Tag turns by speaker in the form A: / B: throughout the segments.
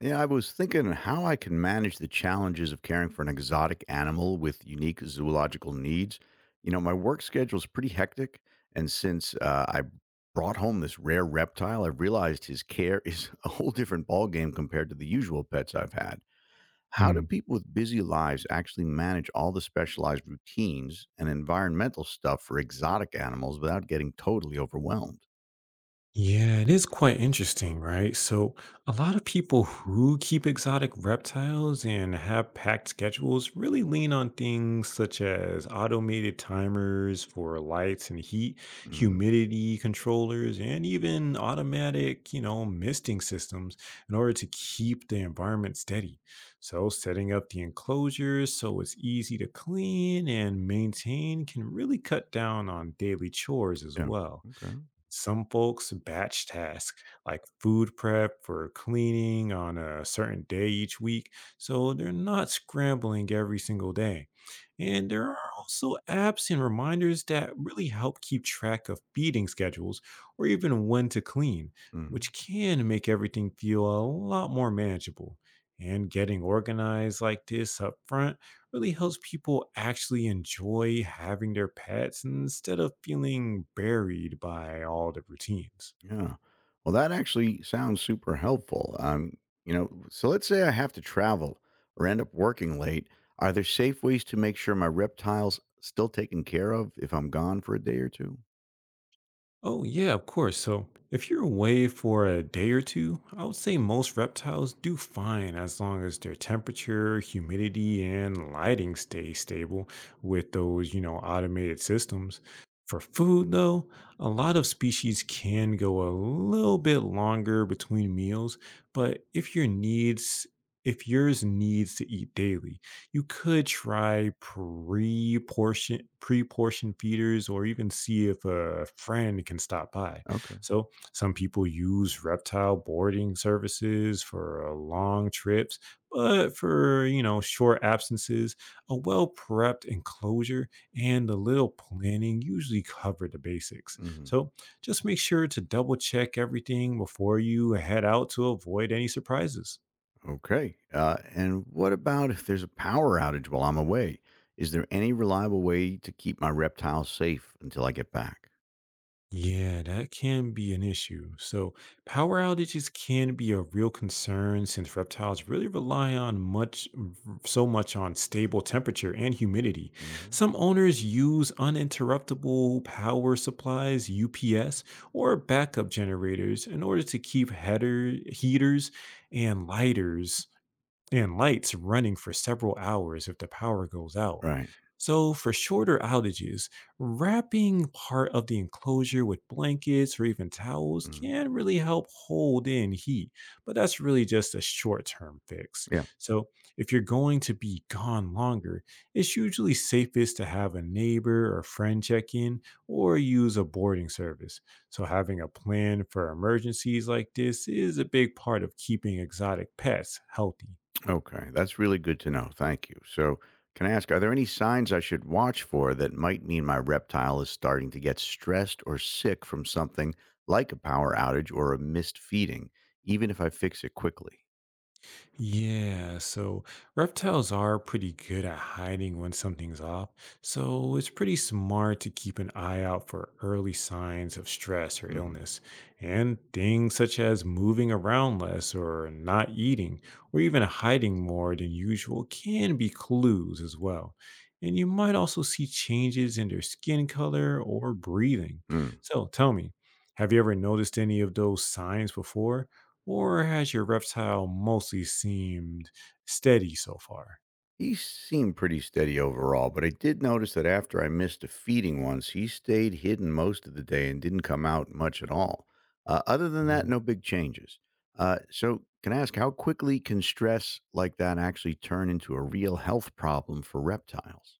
A: Yeah, I was thinking how I can manage the challenges of caring for an exotic animal with unique zoological needs. You know, my work schedule is pretty hectic, and since I brought home this rare reptile, I've realized his care is a whole different ballgame compared to the usual pets I've had. How do
B: Mm.
A: people with busy lives actually manage all the specialized routines and environmental stuff for exotic animals without getting totally overwhelmed?
B: Yeah, it is quite interesting, right? So, a lot of people who keep exotic reptiles and have packed schedules really lean on things such as automated timers for lights and heat,
A: Mm,
B: humidity controllers, and even automatic, you know, misting systems in order to keep the environment steady. So, setting up the enclosures so it's easy to clean and maintain can really cut down on daily chores as
A: yeah.
B: well.
A: Okay.
B: Some folks batch task, like food prep for cleaning on a certain day each week, so they're not scrambling every single day. And there are also apps and reminders that really help keep track of feeding schedules or even when to clean,
A: hmm
B: which can make everything feel a lot more manageable. And getting organized like this up front really helps people actually enjoy having their pets instead of feeling buried by all the routines.
A: Yeah. Well, that actually sounds super helpful. You know, so let's say I have to travel or end up working late. Are there safe ways to make sure my reptiles still taken care of if I'm gone for a day or two?
B: Oh, yeah, of course. So, if you're away for a day or two, I would say most reptiles do fine as long as their temperature, humidity, and lighting stay stable with those, you know, automated systems. For food, though, a lot of species can go a little bit longer between meals, but if yours needs to eat daily, you could try pre-portion feeders or even see if a friend can stop by.
A: Okay.
B: So some people use reptile boarding services for long trips, but for you know short absences, a well-prepped enclosure and a little planning usually cover the basics.
A: hmm
B: So just make sure to double check everything before you head out to avoid any surprises.
A: Okay. And what about if there's a power outage while I'm away? Is there any reliable way to keep my reptiles safe until I get back?
B: Yeah, that can be an issue. So, power outages can be a real concern since reptiles really rely on much so much on stable temperature and humidity.
A: hmm
B: Some owners use uninterruptible power supplies, UPS, or backup generators in order to keep header heaters and lighters and lights running for several hours if the power goes out.
A: Right.
B: So, for shorter outages, wrapping part of the enclosure with blankets or even towels
A: hmm
B: can really help hold in heat, but that's really just a short term fix.
A: Yeah.
B: So, if you're going to be gone longer, it's usually safest to have a neighbor or friend check in or use a boarding service. So, having a plan for emergencies like this is a big part of keeping exotic pets healthy.
A: Okay, that's really good to know. Thank you. So, can I ask, are there any signs I should watch for that might mean my reptile is starting to get stressed or sick from something like a power outage or a missed feeding, even if I fix it quickly?
B: Yeah, so reptiles are pretty good at hiding when something's off, so it's pretty smart to keep an eye out for early signs of stress or
A: Mm-hmm.
B: illness. And things such as moving around less or not eating or even hiding more than usual can be clues as well. And you might also see changes in their skin color or breathing.
A: hmm.
B: So tell me, have you ever noticed any of those signs before? Or has your reptile mostly seemed steady so far?
A: He seemed pretty steady overall, but I did notice that after I missed a feeding once, he stayed hidden most of the day and didn't come out much at all. Other than that, no big changes. So, can I ask how quickly can stress like that actually turn into a real health problem for reptiles?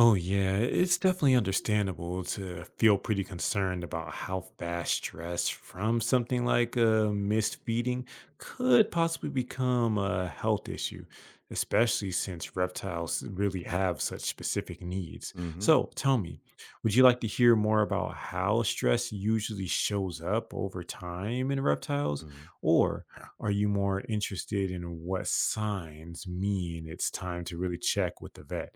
B: Oh, yeah, it's definitely understandable to feel pretty concerned about how fast stress from something like misfeeding could possibly become a health issue, especially since reptiles really have such specific needs.
A: hmm
B: So tell me, would you like to hear more about how stress usually shows up over time in reptiles? Or are you more interested in what signs mean it's time to really check with the vet?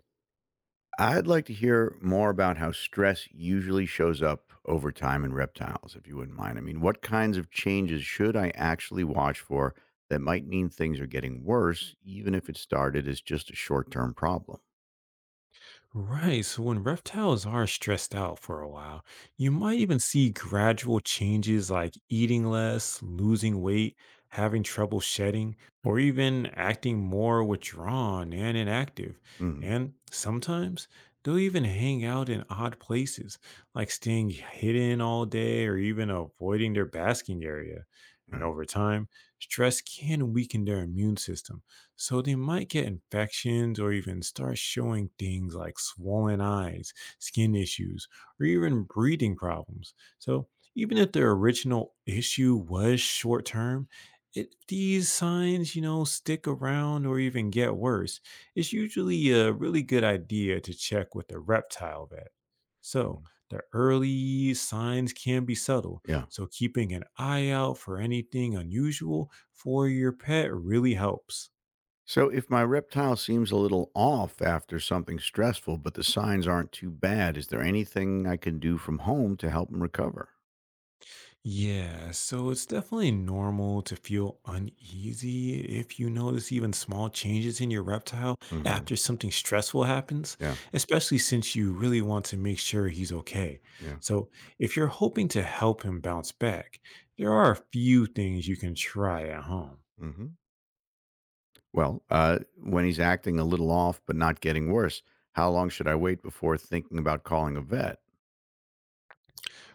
A: I'd like to hear more about how stress usually shows up over time in reptiles, if you wouldn't mind. I mean, what kinds of changes should I actually watch for that might mean things are getting worse, even if it started as just a short term problem?
B: Right. So when reptiles are stressed out for a while, you might even see gradual changes like eating less, losing weight, having trouble shedding, or even acting more withdrawn and inactive.
A: hmm
B: And sometimes they'll even hang out in odd places, like staying hidden all day or even avoiding their basking area. And over time, stress can weaken their immune system so they might get infections or even start showing things like swollen eyes, skin issues, or even breathing problems. So even if their original issue was short term, if these signs, you know, stick around or even get worse, it's usually a really good idea to check with a reptile vet. So the early signs can be subtle,
A: Yeah.
B: so keeping an eye out for anything unusual for your pet really helps.
A: So, if my reptile seems a little off after something stressful, but the signs aren't too bad, is there anything I can do from home to help him recover?
B: Yeah, so it's definitely normal to feel uneasy if you notice even small changes in your reptile
A: hmm
B: after something stressful happens,
A: Yeah.
B: especially since you really want to make sure he's okay.
A: Yeah.
B: So, if you're hoping to help him bounce back, there are a few things you can try at home.
A: hmm Well, when he's acting a little off but not getting worse, how long should I wait before thinking about calling a vet?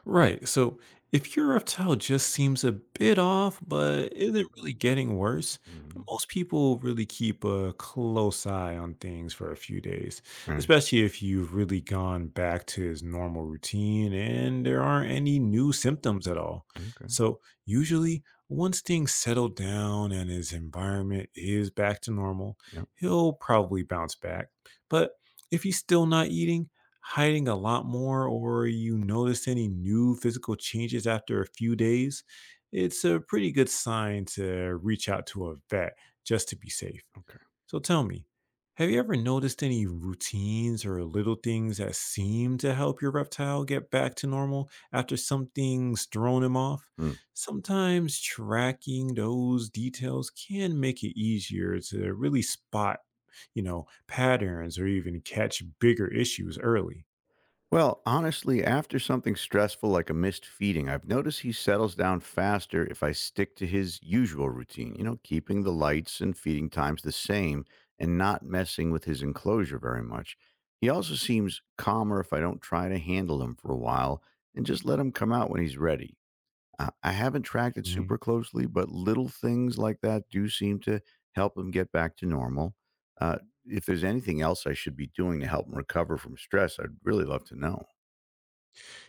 B: Right. So if your left toe just seems a bit off, but isn't really getting worse,
A: Mhm.
B: most people really keep a close eye on things for a few days,
A: Right.
B: especially if you've really gone back to his normal routine and there aren't any new symptoms at all.
A: Okay.
B: So usually, once things settle down and his environment is back to normal,
A: Yep.
B: he'll probably bounce back. But if he's still not eating, hiding a lot more or you notice any new physical changes after a few days, it's a pretty good sign to reach out to a vet just to be safe.
A: Okay.
B: So tell me, have you ever noticed any routines or little things that seem to help your reptile get back to normal after something's thrown him off?
A: Hmm.
B: Sometimes tracking those details can make it easier to really spot, you know, patterns or even catch bigger issues early.
A: Well, honestly, after something stressful like a missed feeding, I've noticed he settles down faster if I stick to his usual routine, you know, keeping the lights and feeding times the same and not messing with his enclosure very much. He also seems calmer if I don't try to handle him for a while and just let him come out when he's ready. I haven't tracked it super
B: Mhm.
A: closely, but little things like that do seem to help him get back to normal. Uh, if there's anything else I should be doing to help him recover from stress, I'd really love to know.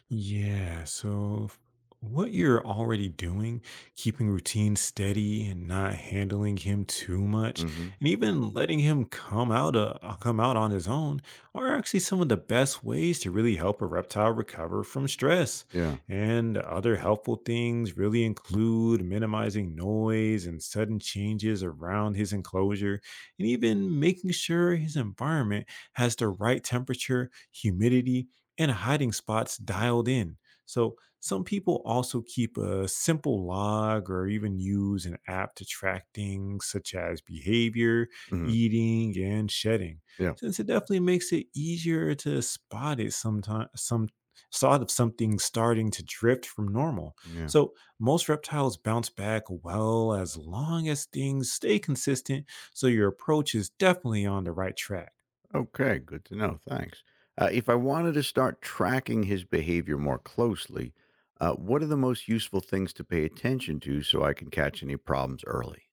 B: Yeah. So, what you're already doing, keeping routine steady and not handling him too much,
A: hmm
B: and even letting him come out on his own, are actually some of the best ways to really help a reptile recover from stress.
A: Yeah.
B: And other helpful things really include minimizing noise and sudden changes around his enclosure, and even making sure his environment has the right temperature, humidity, and hiding spots dialed in. So, some people also keep a simple log or even use an app to track things such as behavior,
A: hmm
B: eating, and shedding,
A: Yeah.
B: since it definitely makes it easier to spot it sometimes, something starting to drift from normal.
A: Yeah.
B: So, most reptiles bounce back well as long as things stay consistent. So, your approach is definitely on the right track.
A: Okay. Good to know. Thanks. If I wanted to start tracking his behavior more closely, what are the most useful things to pay attention to so I can catch any problems early?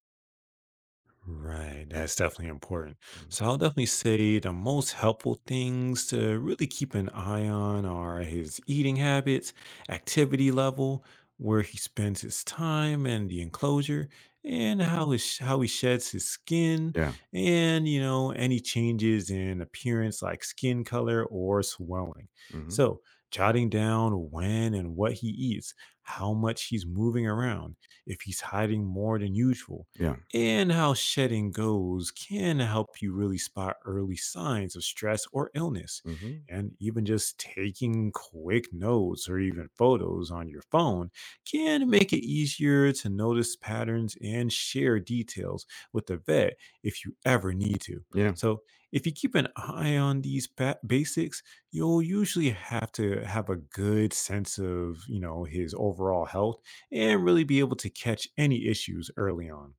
B: Right, that's definitely important. So
A: Mhm.
B: I'll definitely say the most helpful things to really keep an eye on are his eating habits, activity level, where he spends his time and the enclosure, and how he sheds his skin,
A: Yeah.
B: and you know any changes in appearance like skin color or swelling.
A: hmm
B: So jotting down when and what he eats, how much he's moving around, if he's hiding more than usual
A: Yeah.
B: and how shedding goes can help you really spot early signs of stress or illness.
A: hmm
B: And even just taking quick notes or even photos on your phone can make it easier to notice patterns and share details with the vet if you ever need to.
A: Yeah.
B: So, if you keep an eye on these basics, you'll usually have to have a good sense of, you know, his overall health and really be able to catch any issues early on.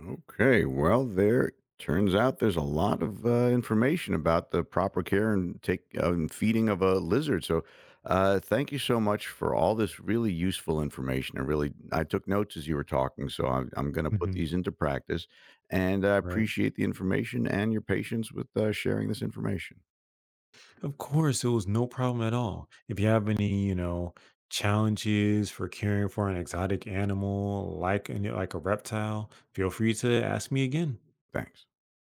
A: Okay, well, there turns out there's a lot of information about the proper care and take and feeding of a lizard. So, thank you so much for all this really useful information. I really I took notes as you were talking, so I'm going to put
B: Mhm.
A: these into practice. And I
B: Right.
A: appreciate the information and your patience with sharing this information.
B: Of course, it was no problem at all. If you have any, you know, challenges for caring for an exotic animal like like a reptile, feel free to ask me again.
A: Thanks.